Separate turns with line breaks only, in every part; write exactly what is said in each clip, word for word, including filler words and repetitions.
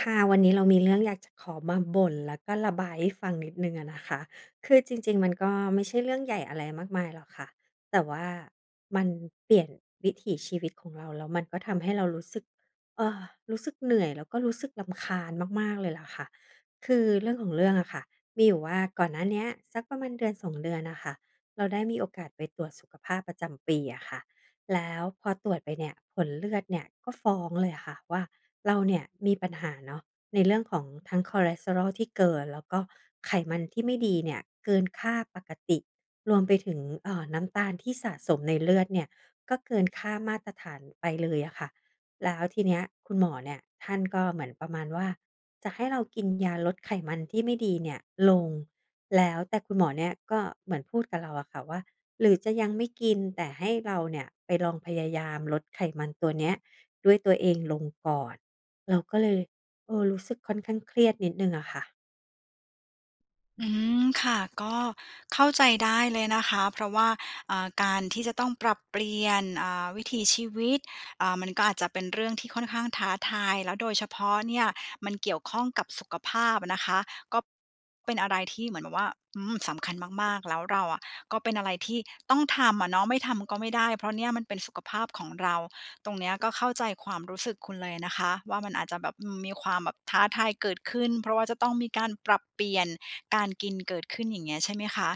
ค่ะวันนี้เรามีเรื่องอยากจะขอมาบ่นแล้วก็ระบายให้ฟังนิดหนึ่งอะนะคะคือจริงๆมันก็ไม่ใช่เรื่องใหญ่อะไรมากมายหรอกค่ะแต่ว่ามันเปลี่ยนวิถีชีวิตของเราแล้วมันก็ทำให้เรารู้สึกเออรู้สึกเหนื่อยแล้วก็รู้สึกรำคาญมากๆเลยล่ะค่ะคือเรื่องของเรื่องอะค่ะมีอยู่ว่าก่อนหน้าเนี้ยสักประมาณเดือนสองเดือนน่ะค่ะเราได้มีโอกาสไปตรวจสุขภาพประจำปีอะค่ะ แล้วพอตรวจไปเนี่ยผลเลือดเนี่ยก็ฟ้องเลยค่ะว่าเราเนี่ยมีปัญหาเนาะในเรื่องของทั้งคอเลสเตอรอลที่เกินแล้วก็ไขมันที่ไม่ดีเนี่ยเกินค่าปกติรวมไปถึงเอ่อน้ำตาลที่สะสมในเลือดเนี่ยก็เกินค่ามาตรฐานไปเลยอะค่ะแล้วทีเนี้ยคุณหมอเนี่ยท่านก็เหมือนประมาณว่าจะให้เรากินยาลดไขมันที่ไม่ดีเนี่ยลง แล้วแต่คุณหมอเนี่ยก็เหมือนพูดกับเราอะค่ะว่าหรือจะยังไม่กินแต่ให้เราเนี่ยไปลองพยายามลดไขมันตัวเนี้ยด้วยตัวเองลงก่อนเราก็เลยเออรู้สึกค่อนข้างเครียดนิดหนึ่งอะค่ะ
อืมค่ะก็เข้าใจได้เลยนะคะเพราะว่าอ่าการที่จะต้องปรับเปลี่ยนอ่าวิถีชีวิตอ่ามันก็อาจจะเป็นเรื่องที่ค่อนข้างท้าทายแล้วโดยเฉพาะเนี่ยมันเกี่ยวข้องกับสุขภาพนะคะก็เป็นอะไรที่เหมือนแบบว่าอืมสำคัญมากๆแล้วเราอ่ะก็เป็นอะไรที่ต้องทำอะเนาะไม่ทำก็ไม่ได้เพราะเนี่ยมันเป็นสุขภาพของเรา ตรงเนี้ยก็เข้าใจความรู้สึกคุณเลยนะคะว่ามันอาจจะแบบอืมมีความแบบท้าทายเกิดขึ้นเพราะว่าจะต้องมีการปรับเปลี่ยนการกินเกิดขึ้นอย่างเงี้ยใช่ไหมคะ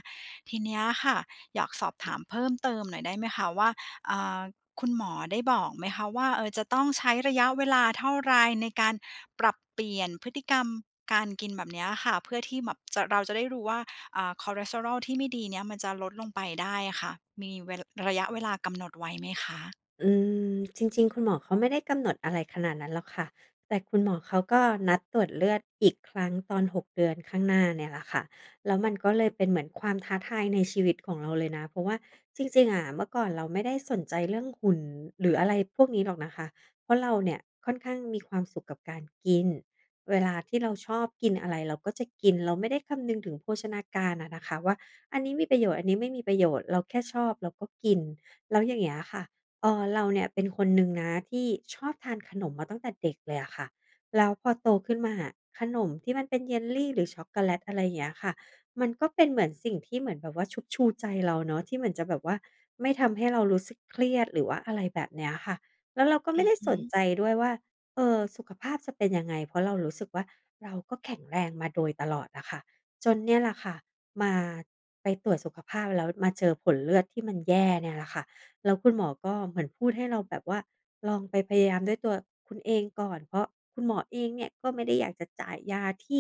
ทีเนี้ยค่ะอยากสอบถามเพิ่มเติมหน่อยได้ไหมคะว่าอ่าคุณหมอได้บอกไหมคะว่าเออจะต้องใช้ระยะเวลาเท่าไรในการปรับเปลี่ยนพฤติกรรมการกินแบบเนี้ยค่ะเพื่อที่แบบจะเราจะได้รู้ว่าอ่าคอเลสเตอรอลที่ไม่ดีเนี้ยมันจะลดลงไปได้ค่ะมีเวลาระยะเวลากำหนดไว้ไหมคะ
อืมจริงๆคุณหมอเขาไม่ได้กำหนดอะไรขนาดนั้นหรอกค่ะแต่คุณหมอเขาก็นัดตรวจเลือดอีกครั้งตอนหกเดือนข้างหน้าเนี่ยแหละค่ะแล้วมันก็เลยเป็นเหมือนความท้าทายในชีวิตของเราเลยนะเพราะว่าจริงๆอะเมื่อก่อนเราไม่ได้สนใจเรื่องหุ่นหรืออะไรพวกนี้หรอกนะคะเพราะเราเนี่ยค่อนข้างมีความสุขกับการกินเวลาที่เราชอบกินอะไรเราก็จะกินเราไม่ได้คำนึงถึงโภชนาการอะนะคะว่าอันนี้มีประโยชน์อันนี้ไม่มีประโยชน์เราแค่ชอบเราก็กินแล้วอย่างเงี้ยค่ะ เออเราเนี่ยเป็นคนหนึ่งนะที่ชอบทานขนมมาตั้งแต่เด็กเลยอะค่ะแล้วพอโตขึ้นมาขนมที่มันเป็นเยลลีหรือช็อกโกแลตอะไรอย่างเงี้ยค่ะมันก็เป็นเหมือนสิ่งที่เหมือนแบบว่าชุบชูใจเราเนาะที่เหมือนจะแบบว่าไม่ทำให้เรารู้สึกเครียดหรือว่าอะไรแบบเนี้ยค่ะแล้วเราก็
อื
ไม่ได้สน
ม
ใจด้วยว่าเออสุขภาพจะเป็นยังไงเพราะเรารู้สึกว่าเราก็แข็งแรงมาโดยตลอดอะค่ะจนเนี่ยแหละค่ะมาไปตรวจสุขภาพแล้วมาเจอผลเลือดที่มันแย่เนี่ยแหละค่ะ แล้วคุณหมอก็เหมือนพูดให้เราแบบว่าลองไปพยายามด้วยตัวคุณเองก่อนเพราะคุณหมอเองเนี่ยก็ไม่ได้อยากจะจ่ายยาที่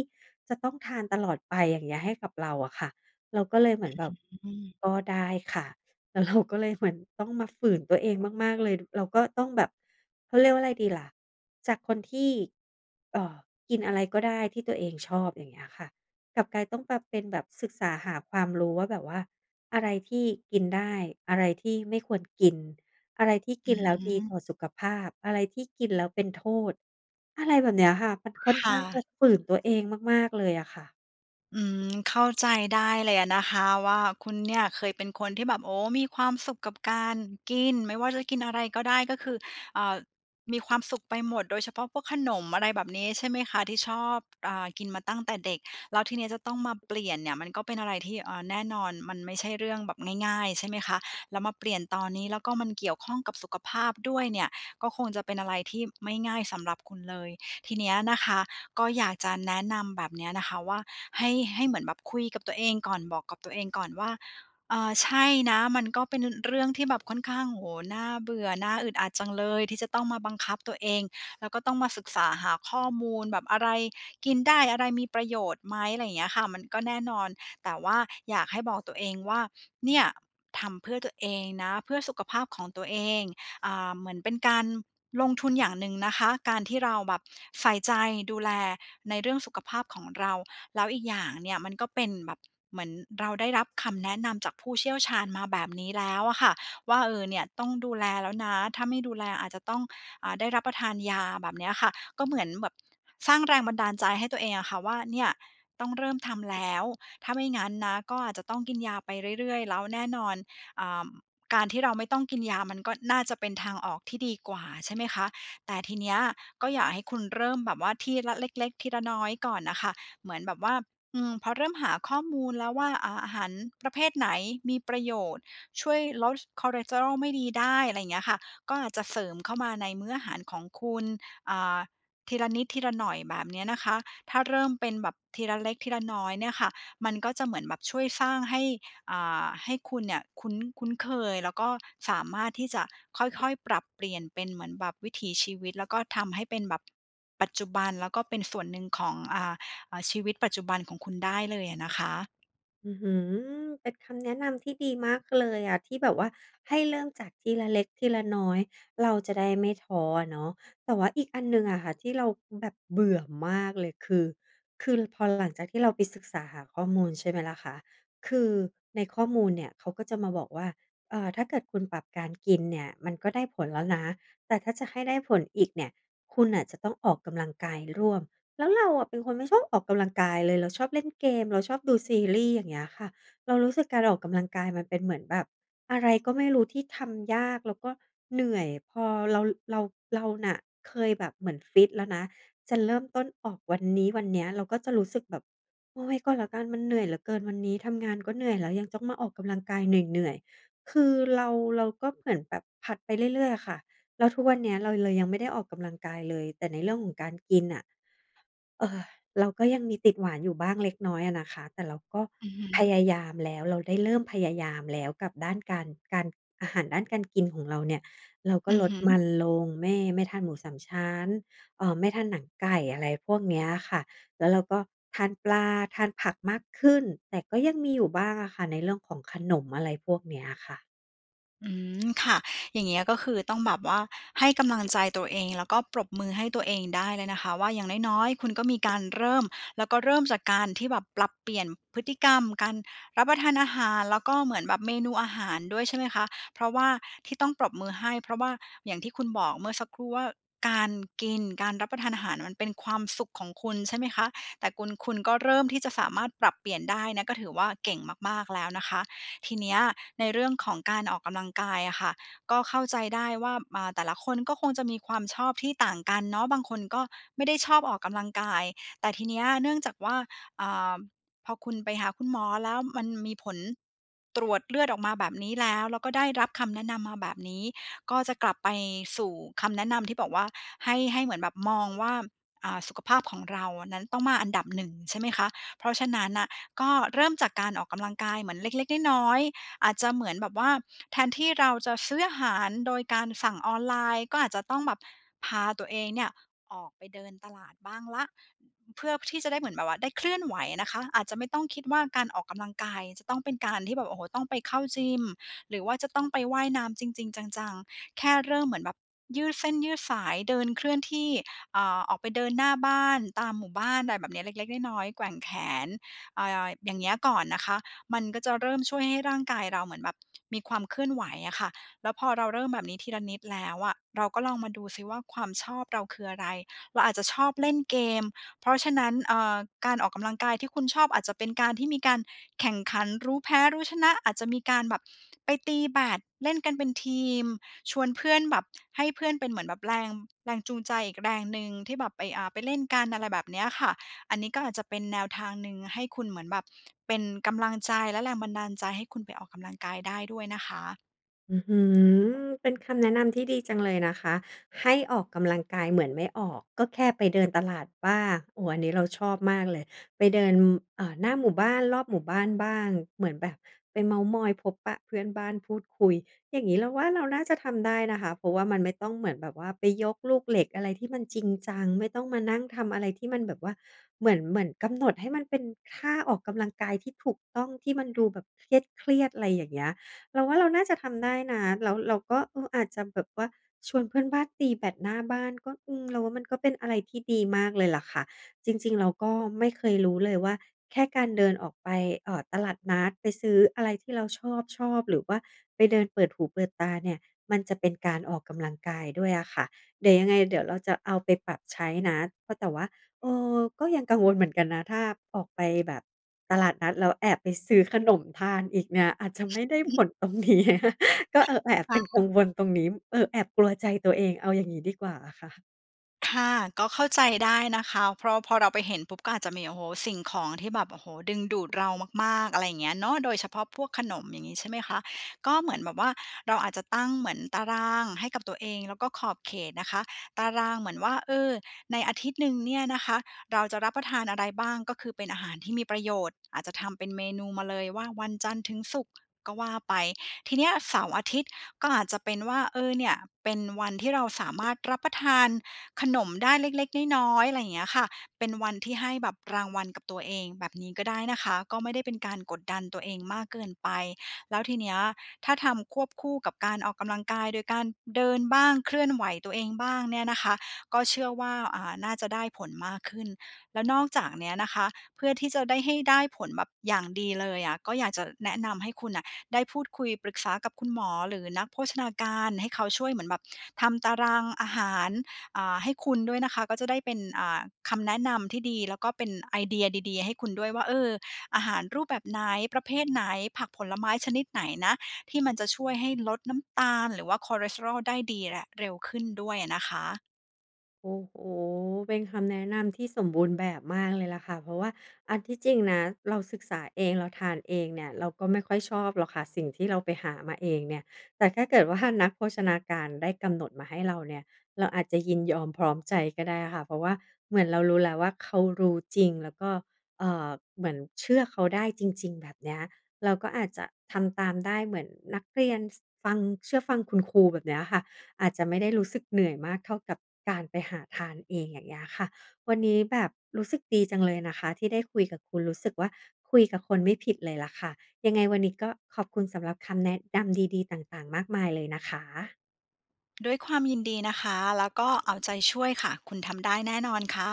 จะต้องทานตลอดไปอย่างเงี้ยให้กับเราอะค่ะเราก็เลยเหมือนแบบ
อืม
ก็ได้ค่ะแล้ว เราก็เลยเหมือนต้องมาฝืนตัวเองมากๆเลยเราก็ต้องแบบเขาเรียกว่าอะไรดีล่ะจากคนที่เอ่อกินอะไรก็ได้ที่ตัวเองชอบอย่างเงี้ยค่ะ กลับกลายต้องมาเป็นแบบศึกษาหาความรู้ว่าแบบว่าอะไรที่กินได้อะไรที่ไม่ควรกินอะไรที่กิ
อื
นแล้วดีต่อ
ม
สุขภาพอะไรที่กินแล้วเป็นโทษอะไรแบบเนี้ยค่ะมันค่อนข้า
ค่ะ
งจะฝืนตัวเองมากๆเลยอะค่ะ
อืมเข้าใจได้เลยอะนะคะว่าคุณเนี่ยเคยเป็นคนที่แบบโอ้มีความสุขกับการกินไม่ว่าจะกินอะไรก็ได้ก็คือเอ่อมีความสุขไปหมดโดยเฉพาะพวกขนมอะไรแบบนี้ใช่ไหมคะที่ชอบอ่ากินมาตั้งแต่เด็กแล้วทีเนี้ยจะต้องมาเปลี่ยนเนี่ยมันก็เป็นอะไรที่อ่าแน่นอนมันไม่ใช่เรื่องแบบง่ายๆใช่ไหมคะแล้วมาเปลี่ยนตอนนี้แล้วก็มันเกี่ยวข้องกับสุขภาพด้วยเนี่ยก็คงจะเป็นอะไรที่ไม่ง่ายสำหรับคุณเลยทีเนี้ยนะคะ ก็อยากจะแนะนำแบบเนี้ยนะคะว่าให้ให้เหมือนแบบคุยกับตัวเองก่อนบอกกับตัวเองก่อนว่าเอ่อใช่นะมันก็เป็นเรื่องที่แบบค่อนข้างโอ้โฮน่าเบื่อน่าอึดอัดจังเลยที่จะต้องมาบังคับตัวเองแล้วก็ต้องมาศึกษาหาข้อมูลแบบอะไรกินได้อะไรมีประโยชน์ไหมอะไรอย่างเงี้ยค่ะมันก็แน่นอนแต่ว่าอยากให้บอกตัวเองว่าเนี่ยทำเพื่อตัวเองนะเพื่อสุขภาพของตัวเองอ่าเหมือนเป็นการ ลงทุนอย่างหนึ่งนะคะการที่เราแบบใส่ใจดูแลในเรื่องสุขภาพของเราแล้วอีกอย่างเนี่ยมันก็เป็นแบบเหมือนเราได้รับคำแนะนำจากผู้เชี่ยวชาญมาแบบนี้แล้วอะค่ะว่าเออเนี่ยต้องดูแลแล้วนะถ้าไม่ดูแลอาจจะต้องอ่าได้รับประทานยาแบบเนี้ยค่ะก็เหมือนแบบสร้างแรงบันดาลใจให้ตัวเองอะค่ะว่าเนี่ยต้องเริ่มทำแล้วถ้าไม่งั้นนะก็อาจจะต้องกินยาไปเรื่อยๆแล้วแน่นอนอ่า การที่เราไม่ต้องกินยามันก็น่าจะเป็นทางออกที่ดีกว่าใช่ไหมคะแต่ทีเนี้ยก็อยากให้คุณเริ่มแบบว่าทีละเล็กๆทีละน้อยก่อนน่ะค่ะเหมือนแบบว่าอืมพอเริ่มหาข้อมูลแล้วว่าอ่าอาหารประเภทไหนมีประโยชน์ช่วยลดคอเลสเตอรอลไม่ดีได้อะไรอย่างเงี้ยค่ะก็อาจจะเสริมเข้ามาในมื้ออาหารของคุณอ่าทีละนิดทีละหน่อยแบบเนี้ยนะคะถ้าเริ่มเป็นแบบทีละเล็กทีละน้อยเนี่ยค่ะมันก็จะเหมือนแบบช่วยสร้างให้ อ่าให้คุณเนี่ยคุ้นคุ้นเคยแล้วก็สามารถที่จะค่อยๆปรับเปลี่ยนเป็นเหมือนแบบวิถีชีวิตแล้วก็ทำให้เป็นแบบปัจจุบันแล้วก็เป็นส่วนหนึ่งของอ่าอ่าชีวิตปัจจุบันของคุณได้เลยอะนะคะ
อื้อหือเป็นคำแนะนำที่ดีมากเลยอ่ะที่แบบว่าให้เริ่มจากทีละเล็กทีละน้อยเราจะได้ไม่ท้อเนาะแต่ว่าอีกอันหนึ่งอะค่ะที่เราแบบเบื่อมากเลยคือคือพอหลังจากที่เราไปศึกษาหาข้อมูลใช่ไหมล่ะคะคือในข้อมูลเนี่ยเขาก็จะมาบอกว่าเอ่อถ้าเกิดคุณปรับการกินเนี่ยมันก็ได้ผลแล้วนะแต่ถ้าจะให้ได้ผลอีกเนี่ยคุณอ่ะจะต้องออกกำลังกายร่วม แล้วเราอะเป็นคนไม่ชอบออกกำลังกายเลยเราชอบเล่นเกมเราชอบดูซีรีส์อย่างเงี้ยค่ะเรารู้สึกการออกกำลังกายมันเป็นเหมือนแบบอะไรก็ไม่รู้ที่ทำยากแล้วก็เหนื่อยพอเราเราเราน่ะเคยแบบเหมือนฟิตแล้วนะจะเริ่มต้นออกวันนี้วันเนี้ยเราก็จะรู้สึกแบบโอ๊ยก็แล้วกันมันเหนื่อยเหลือเกินวันนี้ทำงานก็เหนื่อยแล้วยังต้องมาออกกำลังกายเหนื่อยๆคือเราเราก็เหมือนแบบผลัดไปเรื่อยๆอะค่ะแล้วทุกวันเนี้ยเราเลยยังไม่ได้ออกกำลังกายเลยแต่ในเรื่องของการกินน่ะ เออเราก็ยังมีติดหวานอยู่บ้างเล็กน้อยอะนะคะแต่เราก็
อือหื
พยายามแล้วเราได้เริ่มพยายามแล้วกับด้านการการอาหารด้านการกินของเราเนี่ยเราก็
ออื
ล
อ
ด
หือ
มันลงไม่ไม่ทานหมูสามชั้นเอ่อไม่ทานหนังไก่อะไรพวกเนี้ยอะค่ะแล้วเราก็ทานปลาทานผักมากขึ้นแต่ก็ยังมีอยู่บ้างอะค่ะในเรื่องของขนมอะไรพวกเนี้ยอะค่ะ
อืมค่ะอย่างเงี้ยก็คือต้องแบบว่าให้กำลังใจตัวเองแล้วก็ปรบมือให้ตัวเองได้เลยนะคะว่าอย่างน้อยๆคุณก็มีการเริ่มแล้วก็เริ่มจากการที่แบบปรับเปลี่ยนพฤติกรรมการรับประทานอาหารแล้วก็เหมือนแบบเมนูอาหารด้วยใช่ไหมคะเพราะว่าที่ต้องปรบมือให้เพราะว่าอย่างที่คุณบอกเมื่อสักครู่ว่าการกินการรับประทานอาหารมันเป็นความสุขของคุณใช่ไหมคะแต่คุณคุณก็เริ่มที่จะสามารถปรับเปลี่ยนได้นะก็ถือว่าเก่งมากๆแล้วนะคะ ทีเนี้ยในเรื่องของการออกกำลังกายอะค่ะก็เข้าใจได้ว่าอ่าแต่ละคนก็คงจะมีความชอบที่ต่างกันเนาะบางคนก็ไม่ได้ชอบออกกำลังกายแต่ทีเนี้ยเนื่องจากว่าอ่าพอคุณไปหาคุณหมอแล้วมันมีผลตรวจเลือดออกมาแบบนี้แล้วแล้วก็ได้รับคำแนะนำมาแบบนี้ก็จะกลับไปสู่คำแนะนำที่บอกว่าให้ให้เหมือนแบบมองว่าอ่าสุขภาพของเรานั้นต้องมาอันดับหนึ่งใช่ไหมคะเพราะฉะนั้นน่ะ ก็เริ่มจากการออกกำลังกายเหมือนเล็กๆน้อยๆอาจจะเหมือนแบบว่าแทนที่เราจะซื้ออาหารโดยการสั่งออนไลน์ก็อาจจะต้องแบบพาตัวเองเนี่ยออกไปเดินตลาดบ้างละเพื่อที่จะได้เหมือนแบบว่าได้เคลื่อนไหวนะคะอาจจะไม่ต้องคิดว่าการออกกำลังกายจะต้องเป็นการที่แบบโอ้โหต้องไปเข้ายิมหรือว่าจะต้องไปว่ายน้ำจริงๆจังๆแค่เริ่มเหมือนแบบยืดเส้นยืดสายเดินเคลื่อนที่เอ่าออกไปเดินหน้าบ้านตามหมู่บ้านอะไรแบบเนี้ยเล็กๆน้อยๆแกว่งแขน อ่าอย่างเงี้ยก่อนนะคะ มันก็จะเริ่มช่วยให้ร่างกายเราเหมือนแบบมีความเคลื่อนไหวอะค่ะแล้วพอเราเริ่มแบบนี้ทีละนิดแล้วอะเราก็ลองมาดูซิว่าความชอบเราคืออะไร เราอาจจะชอบเล่นเกม เพราะฉะนั้นเอ่อการออกกำลังกายที่คุณชอบอาจจะเป็นการที่มีการแข่งขันรู้แพ้รู้ชนะ อาจจะมีการแบบไปตีแบดเล่นกันเป็นทีม ชวนเพื่อนแบบให้เพื่อนเป็นเหมือนแบบแรงแรงจูงใจอีกแรงหนึ่งที่แบบไปอ่าไปเล่นกันอะไรแบบเนี้ยค่ะ อันนี้ก็อาจจะเป็นแนวทางหนึ่งให้คุณเหมือนแบบเป็นกำลังใจและแรงบันดาลใจให้คุณไปออกกำลังกายได้ด้วยนะคะ
อื้อฮือเป็นคำแนะนำที่ดีจังเลยนะคะให้ออกกำลังกายเหมือนไม่ออกก็แค่ไปเดินตลาดบ้างโอ้อันนี้เราชอบมากเลยไปเดินเอ่อหน้าหมู่บ้านรอบหมู่บ้านบ้างเหมือนแบบไปเม้าท์มอยพบปะเพื่อนบ้านพูดคุยอย่างงี้เราว่าเราน่าจะทำได้นะคะเพราะว่ามันไม่ต้องเหมือนแบบว่าไปยกลูกเหล็กอะไรที่มันจริงจังไม่ต้องมานั่งทำอะไรที่มันแบบว่าเหมือนเหมือนกำหนดให้มันเป็นท่าออกกำลังกายที่ถูกต้องที่มันดูแบบเครียดๆอะไรอย่างเงี้ย เราว่าเราน่าจะทำได้นะแล้วเราก็เอออาจจะแบบว่าชวนเพื่อนบ้านตีแบดหน้าบ้านก็อืมเราว่ามันก็เป็นอะไรที่ดีมากเลยล่ะค่ะจริงๆเราก็ไม่เคยรู้เลยว่าแค่การเดินออกไปเอ่อตลาดนัดไปซื้ออะไรที่เราชอบๆหรือว่าไปเดินเปิดหูเปิดตาเนี่ยมันจะเป็นการออกกำลังกายด้วยอะค่ะเดี๋ยวยังไงเดี๋ยวเราจะเอาไปปรับใช้นะเพราะแต่ว่า เออก็ยังกังวลเหมือนกันนะถ้าออกไปแบบตลาดนัดแล้วแอบไปซื้อขนมทานอีกเนี่ยอาจจะไม่ได้
อือ
ผ
ฮึ
ลตรงนี้ ก็เออแอบเป็น
ค่ะ
กังวลตรงนี้เออแอบกลัวใจตัวเองเอาอย่างงี้ดีกว่าอะค่ะ
ค่ะก็เข้าใจได้นะคะเพราะพอเราไปเห็นปุ๊บก็อาจจะมีโอ้โฮสิ่งของที่แบบโอ้โฮดึงดูดเรามากๆอะไรอย่างเงี้ยเนาะโดยเฉพาะพวกขนมอย่างงี้ใช่ไหมคะก็เหมือนแบบว่าเราอาจจะตั้งเหมือนตารางให้กับตัวเองแล้วก็ขอบเขตนะคะตารางเหมือนว่าเออในอาทิตย์หนึ่งเนี่ยนะคะเราจะรับประทานอะไรบ้างก็คือเป็นอาหารที่มีประโยชน์อาจจะทำเป็นเมนูมาเลยว่าวันจันทร์ถึงศุกร์ก็ว่าไปทีเนี้ยเสาร์อาทิตย์ก็อาจจะเป็นว่าเออเนี่ยเป็นวันที่เราสามารถรับประทาน ขนมได้เล็กๆน้อยๆอะไรอย่างเงี้ยค่ะเป็นวันที่ให้แบบรางวัลกับตัวเองแบบนี้ก็ได้นะคะก็ไม่ได้เป็นการกดดันตัวเองมากเกินไปแล้วทีเนี้ยถ้าทำควบคู่กับการออกกำลังกายโดยการเดินบ้างเคลื่อนไหวตัวเองบ้างเนี่ยนะคะก็เชื่อว่าอ่าน่าจะได้ผลมากขึ้นแล้วนอกจากเนี้ยนะคะเพื่อที่จะได้ให้ได้ผลแบบอย่างดีเลยอะก็อยากจะแนะนำให้คุณอ่ะได้พูดคุยปรึกษากับคุณหมอหรือนักโภชนาการให้เขาช่วยเหมือนแบบทำตารางอาหาร อ่าให้คุณด้วยนะคะก็จะได้เป็นอ่าคำแนะนำที่ดีแล้วก็เป็นไอเดียดีๆให้คุณด้วยว่าเอออาหารรูปแบบไหนประเภทไหนผักผลไม้ชนิดไหนนะที่มันจะช่วยให้ลดน้ำตาลหรือว่าคอเลสเตอรอลได้ดีและเร็วขึ้นด้วยอะนะคะ
โอ้โหเป็นคำแนะนำที่สมบูรณ์แบบมากเลยล่ะค่ะเพราะว่าอันที่จริงนะเราศึกษาเองเราทานเองเนี่ยเราก็ไม่ค่อยชอบหรอกค่ะสิ่งที่เราไปหามาเองเนี่ยแต่ถ้าเกิดว่านักโภชนาการได้กำหนดมาให้เราเนี่ยเราอาจจะยินยอมพร้อมใจก็ได้ค่ะเพราะว่าเหมือนเรารู้แล้วว่าเขารู้จริงแล้วก็เอ่อเหมือนเชื่อเขาได้จริงๆแบบเนี้ยเราก็อาจจะทำตามได้เหมือนนักเรียนฟังเชื่อฟังคุณครูแบบเนี้ยค่ะ อาจจะไม่ได้รู้สึกเหนื่อยมากเท่ากับการไปหาทานเองอย่างเงี้ยค่ะวันนี้แบบรู้สึกดีจังเลยนะคะที่ได้คุยกับคุณรู้สึกว่าคุยกับคนไม่ผิดเลยล่ะค่ะยังไงวันนี้ก็ขอบคุณสำหรับคำแนะนำดีๆต่างๆมากมายเลยนะคะ
ด้วยความยินดีนะคะแล้วก็เอาใจช่วยค่ะคุณทำได้แน่นอนค่ะ